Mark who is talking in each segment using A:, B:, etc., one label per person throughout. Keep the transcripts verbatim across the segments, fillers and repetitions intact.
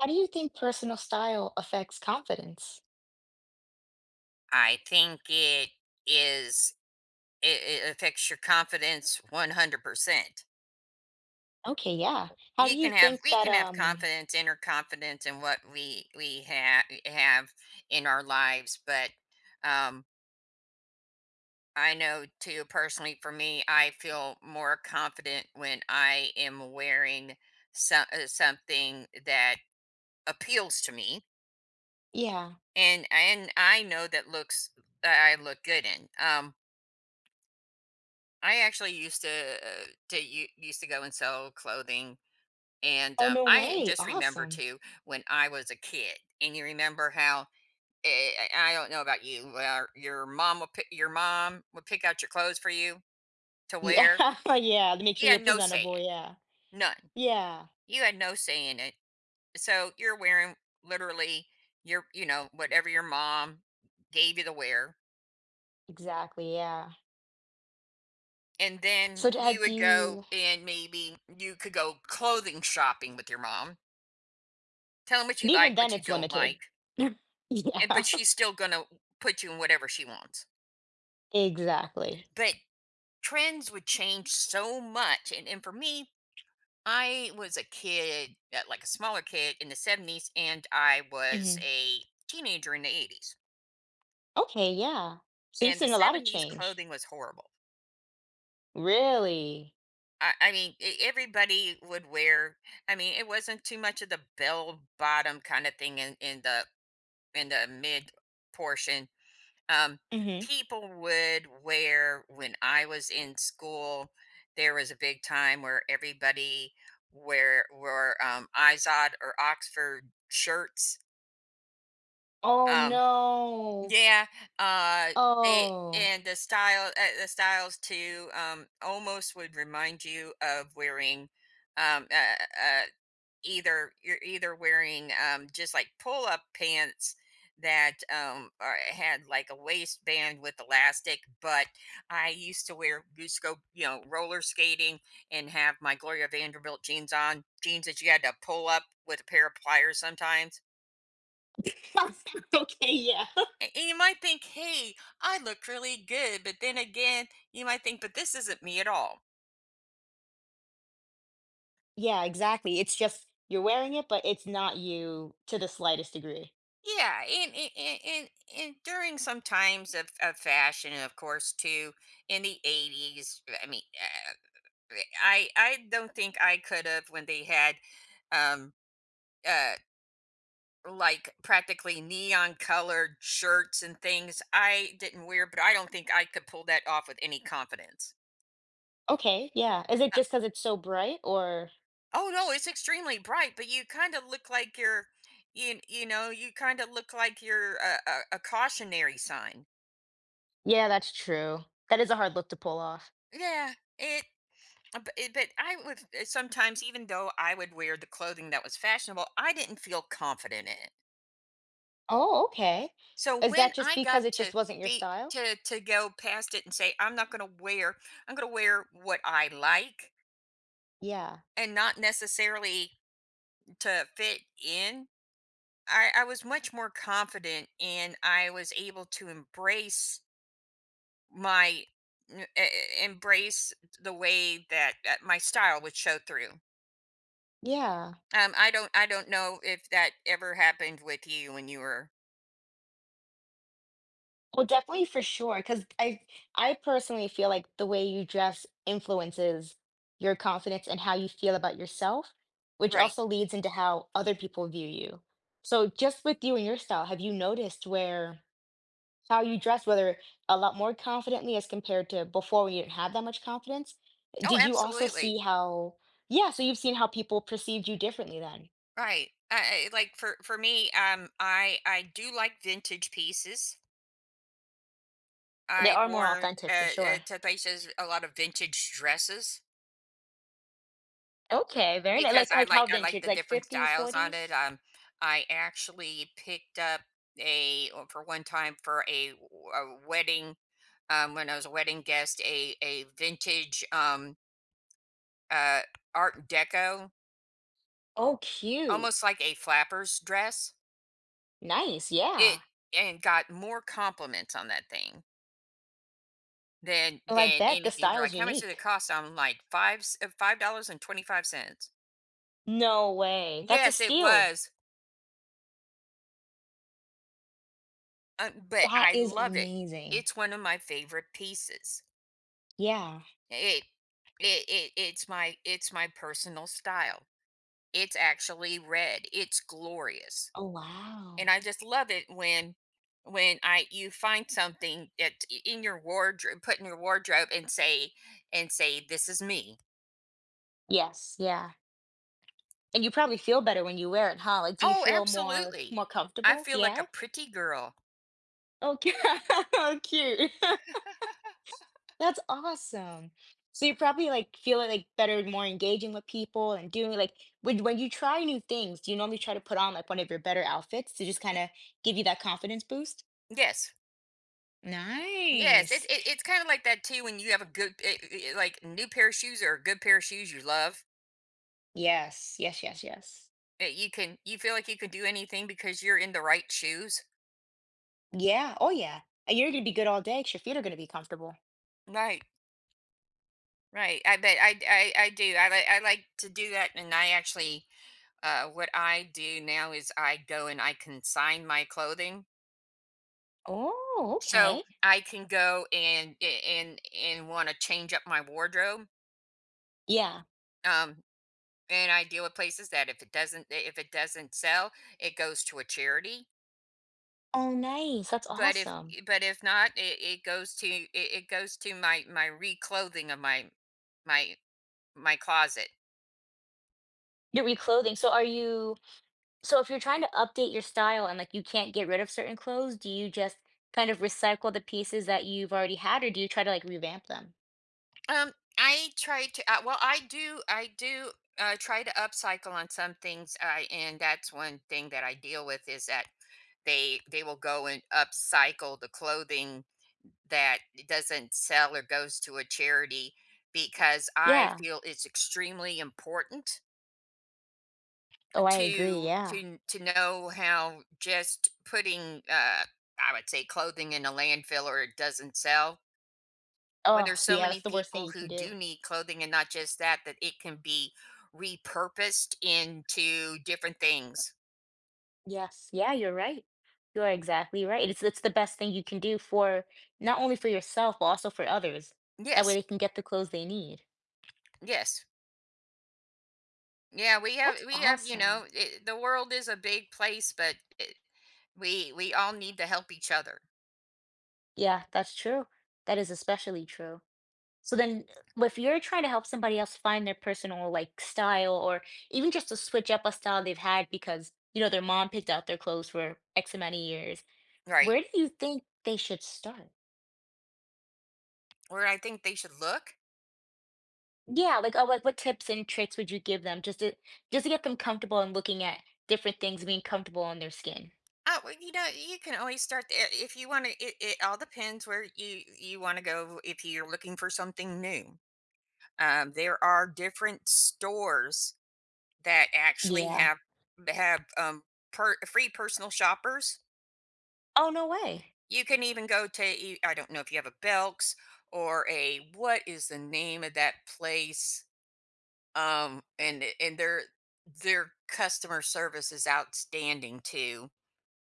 A: How do you think personal style affects confidence?
B: I think it is it, it affects your confidence one hundred percent.
A: Okay, yeah. How do
B: You
A: you
B: can have
A: think
B: we
A: that
B: can have
A: um
B: confidence, inner confidence in what we we have have in our lives, but um I know too personally for me, I feel more confident when I am wearing so, uh, something that appeals to me
A: yeah.
B: and and I know that looks that I look good in. Um I actually used to uh, to u- used to go and sell clothing, and
A: Oh
B: um,
A: no
B: I
A: way.
B: just remember
A: Awesome.
B: too when I was a kid, and you remember how. eh, I I don't know about you. Well, your mom would pick, your mom would pick out your clothes for you to wear.
A: Yeah. Yeah, to make sure
B: You
A: you're
B: had no say
A: presentable,
B: in it,
A: yeah.
B: none.
A: Yeah.
B: You had no say in it. So you're wearing literally your, you know, whatever your mom gave you to wear.
A: Exactly, yeah.
B: And then
A: So d- how
B: you
A: do
B: would go
A: you
B: and maybe you could go clothing shopping with your mom. Tell Tell 'em what
A: but
B: you
A: even
B: like,
A: then
B: what you
A: it's
B: don't
A: limited.
B: like, and
A: Yeah.
B: but she's still gonna put you in whatever she wants.
A: Exactly.
B: But trends would change so much, and and for me, I was a kid, uh, like a smaller kid in the seventies, and I was
A: Hmm.
B: a teenager in the eighties,
A: Okay, yeah. So you've
B: and the
A: seen a lot of
B: seventies
A: change.
B: clothing was horrible.
A: Really?
B: I I mean, e everybody would wear, I mean, it wasn't too much of the bell bottom kinda thing in in the in the mid portion. Um,
A: Hmm.
B: people would wear when I was in school, there was a big time where everybody wear wore um, Izod or Oxford shirts.
A: Oh
B: Um,
A: no.
B: yeah, uh, they
A: Oh.
B: and the style uh, the styles too, um, almost would remind you of wearing um, uh, uh, either you're either wearing, um, just, like, pull-up pants that, um, are had, like, a waistband with elastic, but I used to wear used to go, you know, roller skating and have my Gloria Vanderbilt jeans on, jeans that you had to pull up with a pair of pliers sometimes.
A: Okay, yeah.
B: A and you might think, "Hey, I look really good," but then again, you might think, "But this isn't me at all."
A: Yeah, exactly. It's just you're wearing it, but it's not you to the slightest degree.
B: Yeah, and and and, and and during some times of, of fashion, and of course, too, in the eighties. I mean, uh, I I don't think I could have when they had, um, uh, like practically neon colored shirts and things. I didn't wear, but I don't think I could pull that off with any confidence.
A: Okay, yeah. Is it
B: Uh,
A: just because it's so bright, or...
B: oh no, it's extremely bright, but you kind of look like you're, you you know, you kind of look like you're a, a, a cautionary sign.
A: Yeah, that's true. That is a hard look to pull off.
B: Yeah, it Uh, But, it- but I would, uh, sometimes, even though I would wear the clothing that was fashionable, I didn't feel confident in it.
A: Oh, okay.
B: So
A: Is that
B: when
A: just
B: I
A: because
B: got
A: it just
B: to
A: wasn't your
B: be
A: style?
B: to to go past it and say, I'm not going to wear, I'm going to wear what I like
A: Yeah.
B: and not necessarily to fit in. I, I was much more confident and I was able to embrace my n- e- e- embrace the way that, uh, my style would show through.
A: Yeah.
B: Um, I don't I don't know if that ever happened with you when you were
A: Well, definitely for sure. Because I I personally feel like the way you dress influences your confidence and how you feel about yourself, which
B: right.
A: also leads into how other people view you. So just with you and your style, have you noticed where how you dress, whether a lot more confidently as compared to before when you didn't have that much confidence?
B: Oh,
A: Did you also see
B: absolutely.
A: how? Yeah, so you've seen how people perceived you differently then.
B: Right. I, I like, for for me, um, I I do like vintage pieces.
A: They
B: I've
A: are more
B: worn uh,
A: authentic for
B: uh,
A: sure.
B: to places a lot of vintage dresses
A: Okay, very nice.
B: because
A: Like
B: I
A: like how
B: like I like
A: vintage,
B: the
A: like
B: different
A: fifties,
B: styles on it.
A: forties?
B: Um, I actually picked up a or for one time for a, w- a wedding, um, when I was a wedding guest, a a vintage um uh Art Deco,
A: Oh, cute.
B: almost like a flapper's dress.
A: Nice, yeah.
B: It and got more compliments on that thing than
A: Well, I
B: than
A: bet the
B: anything. They're
A: style's
B: like, "How much did it
A: unique.
B: cost?" I'm like, "Five c- five dollars and twenty-five cents."
A: No way. That's a
B: Yes, it
A: steal.
B: was, uh, but
A: That
B: I
A: is
B: love it.
A: amazing.
B: It's one of my favorite pieces.
A: Yeah.
B: It, it it it's my it's my personal style. It's actually red. It's glorious.
A: Oh,
B: And
A: wow.
B: I just love it when when I you find something that in your wardrobe, put in your wardrobe, and say and say, "This is me."
A: Yes, yeah. And you probably feel better when you wear it, huh? Like, do you
B: Oh,
A: feel more
B: absolutely!
A: more
B: I
A: comfortable?
B: feel like a
A: Yeah?
B: pretty girl.
A: Okay. Oh, cute. That's awesome. So you probably, like, feel it, like, better, more engaging with people and doing like, when when you try new things, do you normally try to put on, like, one of your better outfits to just kinda give you that confidence boost?
B: Yes, yes. It,
A: Nice.
B: it it's kind of like that too. When you have a good eh, eh, eh, like new pair of shoes or a good pair of shoes you love,
A: Yes. Yes, yes, yes.
B: eh, you can you feel like you can do anything because you're in the right shoes.
A: Yeah. Oh, yeah. And you're gonna be good all day because your feet are gonna be comfortable.
B: Right, right. I bet I I, I do. I like I like to do that, and I actually, Uh, what I do now is I go and I consign my clothing.
A: Oh,
B: So
A: okay.
B: I can go and and and want to change up my wardrobe.
A: Yeah.
B: Um, and I deal with places that if it doesn't if it doesn't sell, it goes to a charity.
A: Oh, nice. That's
B: But if
A: awesome.
B: but if not, it, it goes to it, it goes to my my reclothing of my my my closet.
A: Your reclothing, so are you so if you're trying to update your style and, like, you can't get rid of certain clothes, do you just kind of recycle the pieces that you've already had, or do you try to, like, revamp them?
B: Um, I try to uh, well, I do I do uh, try to upcycle on some things, uh, and that's one thing that I deal with is that they they will go and upcycle the clothing that doesn't sell or goes to a charity because I
A: Yeah.
B: feel it's extremely important
A: Oh, I agree,
B: to
A: yeah.
B: to to know how just putting, uh, I would say, clothing in a landfill or it doesn't sell when
A: Oh,
B: there's so
A: yeah, that's
B: many
A: the worst thing
B: people
A: you can
B: who do
A: do.
B: need clothing, and not just that, that it can be repurposed into different things.
A: Yes, yeah, you're right. You are exactly right, it's it's the best thing you can do for not only for yourself, but also for others. That way
B: Yes,
A: they can get the clothes they need.
B: yes, yeah, we have
A: That's
B: we have you
A: awesome.
B: know, it, the world is a big place, but it, we we all need to help each other
A: Yeah, that's true. That is especially true. So then, uh, if you're trying to help somebody else find their personal like style or even just to switch up a style they've had because, you know, their mom picked out their clothes for X amount of years,
B: right
A: where do you think they should start?
B: where I think they should look
A: Yeah, like oh, like what tips and tricks would you give them just to just to get them comfortable and looking at different things, being comfortable on their skin?
B: uh, well, you know, you can always start the- eh, if you want to, it, it all depends where you you want to go if you're looking for something new. um, there are different stores that actually
A: Yeah.
B: have have, um, per free personal shoppers.
A: Oh, no way.
B: You can even go to e I don't know if you have a Belk's or a, what is the name of that place? Um, and and their their customer service is outstanding too.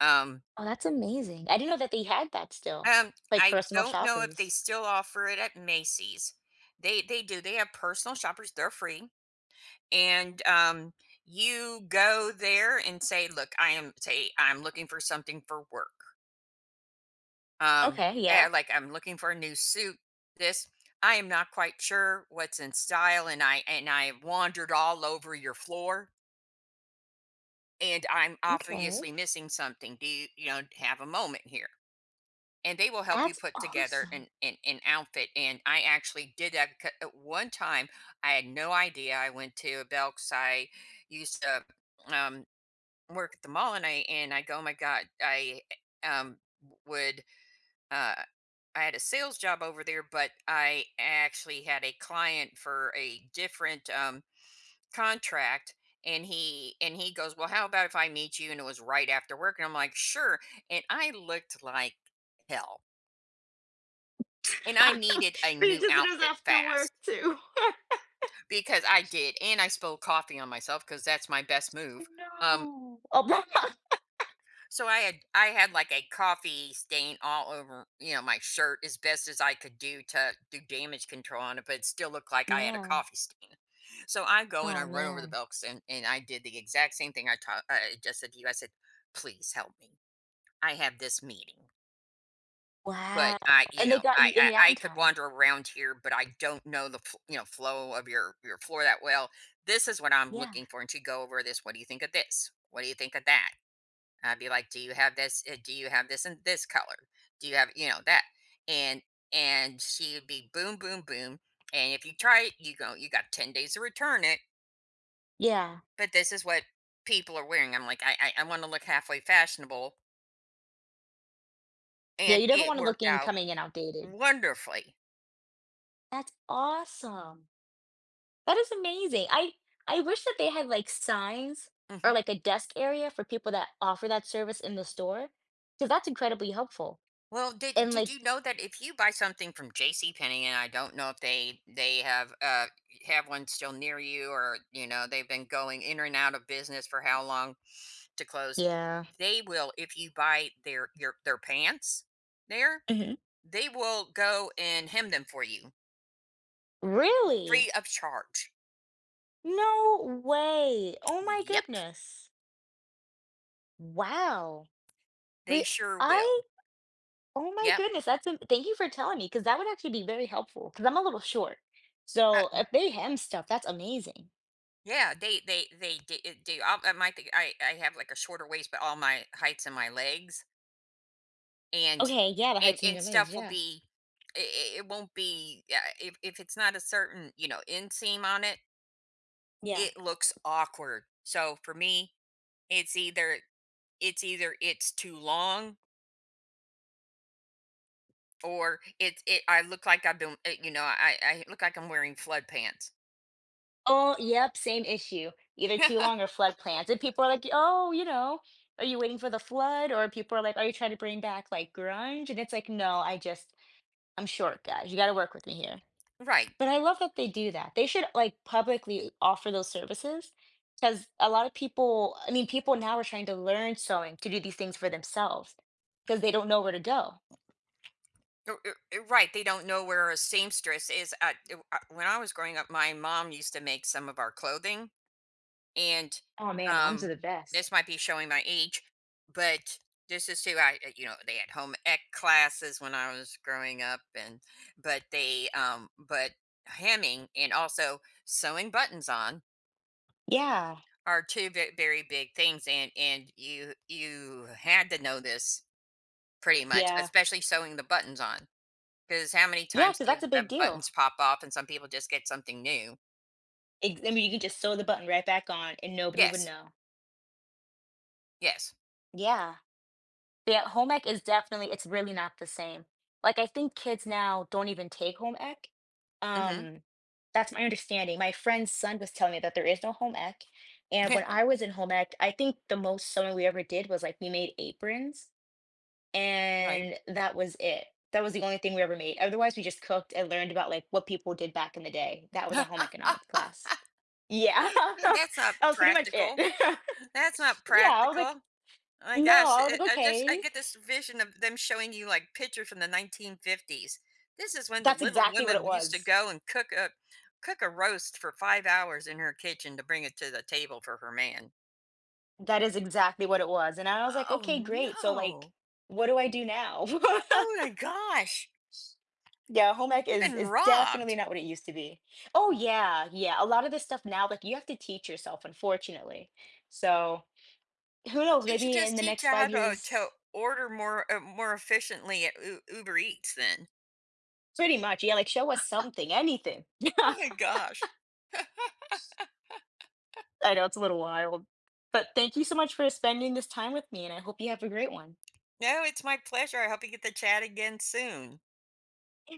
B: Um
A: Oh, that's amazing. I didn't know that they had that still.
B: um,
A: Like
B: I
A: personal
B: don't know if they
A: shoppers.
B: still offer it at Macy's. They they do. They have personal shoppers, they're free, and, um, you go there and say, "Look, I am" say, "I'm looking for something for work." Um,
A: Okay, yeah.
B: eh, like I'm looking for a new suit. This I am not quite sure what's in style, and I and I wandered all over your floor, and I'm
A: Okay.
B: obviously missing something. Do you, you know, have a moment here? And they will help you
A: That's
B: put together
A: awesome.
B: an, an, an outfit. And I actually did that because at one time I had no idea. I went to a Belk's. I used to, um, work at the mall, and I and I go, oh my god, I um, would. Uh. I had a sales job over there, but I actually had a client for a different, um, contract. And he and he goes, well, how about if I meet you? And it was right after work, and I'm like, sure. And I looked like hell, and I needed a
A: We
B: new
A: visitors
B: outfit
A: after work
B: fast
A: too. I
B: because I did, and I spilled coffee on myself because that's my best move. Um,
A: know. Oh,
B: So I had I had like a coffee stain all over, you know, my shirt as best as I could do to do damage control on it, but it still looked like I had a
A: yeah.
B: coffee stain. So I go and I
A: Oh,
B: run over the
A: man.
B: books, and, and I did the exact same thing I taught I just said to you. I said, please help me. I have this meeting. But
A: Wow.
B: I, you
A: And they
B: know,
A: got
B: I,
A: you in and
B: I
A: out in
B: I could
A: time.
B: wander around here, but I don't know the fl- you know, flow of your your floor that well. This is what I'm
A: Yeah.
B: looking for, and she go over this. What do you think of this? What do you think of that? I'd be like, "Do you have this? Uh, Do you have this in this color? Do you have, you know, that?" And and she would be boom, boom, boom. And if you try it, you go, you got ten days to return it.
A: Yeah.
B: But this is what people are wearing. I'm like, I I, I want to look halfway fashionable,
A: Yeah,
B: and
A: you never
B: it
A: wanna look
B: worked
A: in
B: out
A: coming in outdated.
B: wonderfully.
A: That's awesome. That is amazing. I I wish that they had, like, signs
B: Hmm.
A: or, like, a desk area for people that offer that service in the store. Cause that's incredibly helpful.
B: Well, did
A: And,
B: did
A: like
B: you know that if you buy something from J C. Penney, and I don't know if they they have uh have one still near you, or you know, they've been going in and out of business for how long to close,
A: yeah.
B: they will, if you buy their your their pants there,
A: Mhm.
B: they will go and hem them for you free
A: Really?
B: of charge.
A: No way. Oh my
B: Yep,
A: goodness. Wow.
B: they
A: Re
B: sure
A: I
B: will.
A: oh my
B: Yep.
A: goodness, that's a thank you for telling me because that would actually be very helpful because 'cause I'm a little short. So,
B: Uh,
A: if they hem stuff, that's amazing.
B: yeah, they they they do. do I, I might think I I have like a shorter waist, but all my heights and my legs and
A: Okay, yeah, the
B: and
A: heights in
B: and
A: your legs,
B: stuff will
A: yeah.
B: be, it, it won't be, yeah, if if it's not a certain, you know, inseam on it,
A: Yeah.
B: it looks awkward. So for me, it's either it's either it's too long or it's it I look like I've been, uh, you know, I I look like I'm wearing flood pants.
A: Oh, yep, same issue, either too long or flood plans, and people are like, "Oh, you know, are you waiting for the flood?" Or people are like, "Are you trying to bring back, like, grunge?" And it's like, "No, I just I'm short, guys, you gotta work with me here."
B: Right.
A: But I love that they do that. They should, like, publicly offer those services because a lot of people I mean, people now are trying to learn sewing to do these things for themselves because they don't know where to go.
B: R- r- r- Right. They don't know where a seamstress is. At, uh, uh, when I was growing up, my mom used to make some of our clothing. And,
A: Oh, man, moms are
B: um,
A: the best.
B: this might be showing my age, but this is too, I, uh, you know, they had home ec classes when I was growing up. And, but they, um, but hemming and also sewing buttons on
A: Yeah,
B: are two ve very big things, and and you you had to know this pretty much,
A: yeah.
B: especially sewing the buttons on, because how many
A: Yeah.
B: times
A: Because
B: do
A: that's
B: you
A: a
B: have
A: big deal.
B: buttons pop off and some people just get something new?
A: Ex I mean, you can just sew the button right back on, and nobody would
B: Yes,
A: know.
B: yes,
A: Yeah. Yeah, home ec is definitely, it's really not the same. Like, I think kids now don't even take home ec.
B: mhm,
A: Um, that's my understanding. My friend's son was telling me that there is no home ec, and when I was in home ec, I think the most sewing we ever did was, like, we made aprons,
B: right.
A: and that was it. That was the only thing we ever made. Otherwise, we just cooked and learned about, like, what people did back in the day. That was our home economics class. Yeah.
B: That's not
A: That was pretty much it.
B: practical. That's not
A: Yeah, I was like,
B: practical. Oh my
A: "No."
B: gosh,
A: I was like,
B: it, I just I
A: "Okay."
B: get this vision of them showing you like pictures from the nineteen fifties. This is when the
A: That's
B: Little
A: exactly what it
B: Women used to
A: was.
B: go and cook a cook a roast for five hours in her kitchen to bring it to the table for her man.
A: That is exactly what it was, and I was like,
B: Oh
A: "Okay, great, so, like,
B: no!
A: what do I do now?"
B: Oh my gosh,
A: Yeah, home ec
B: you've
A: is
B: been
A: is definitely
B: robbed.
A: not what it used to be. Oh, yeah, yeah, a lot of this stuff now, like, you have to teach yourself, unfortunately. So, who knows,
B: They should
A: maybe in
B: just
A: the
B: teach
A: next
B: you
A: five
B: how to
A: years.
B: to order more, uh, more efficiently at U- Uber Eats. Then.
A: Pretty much, yeah, like, show us something, anything.
B: Oh my gosh.
A: I know it's a little wild, but thank you so much for spending this time with me, and I hope you have a great one.
B: No, it's my pleasure. I hope you get to chat again soon.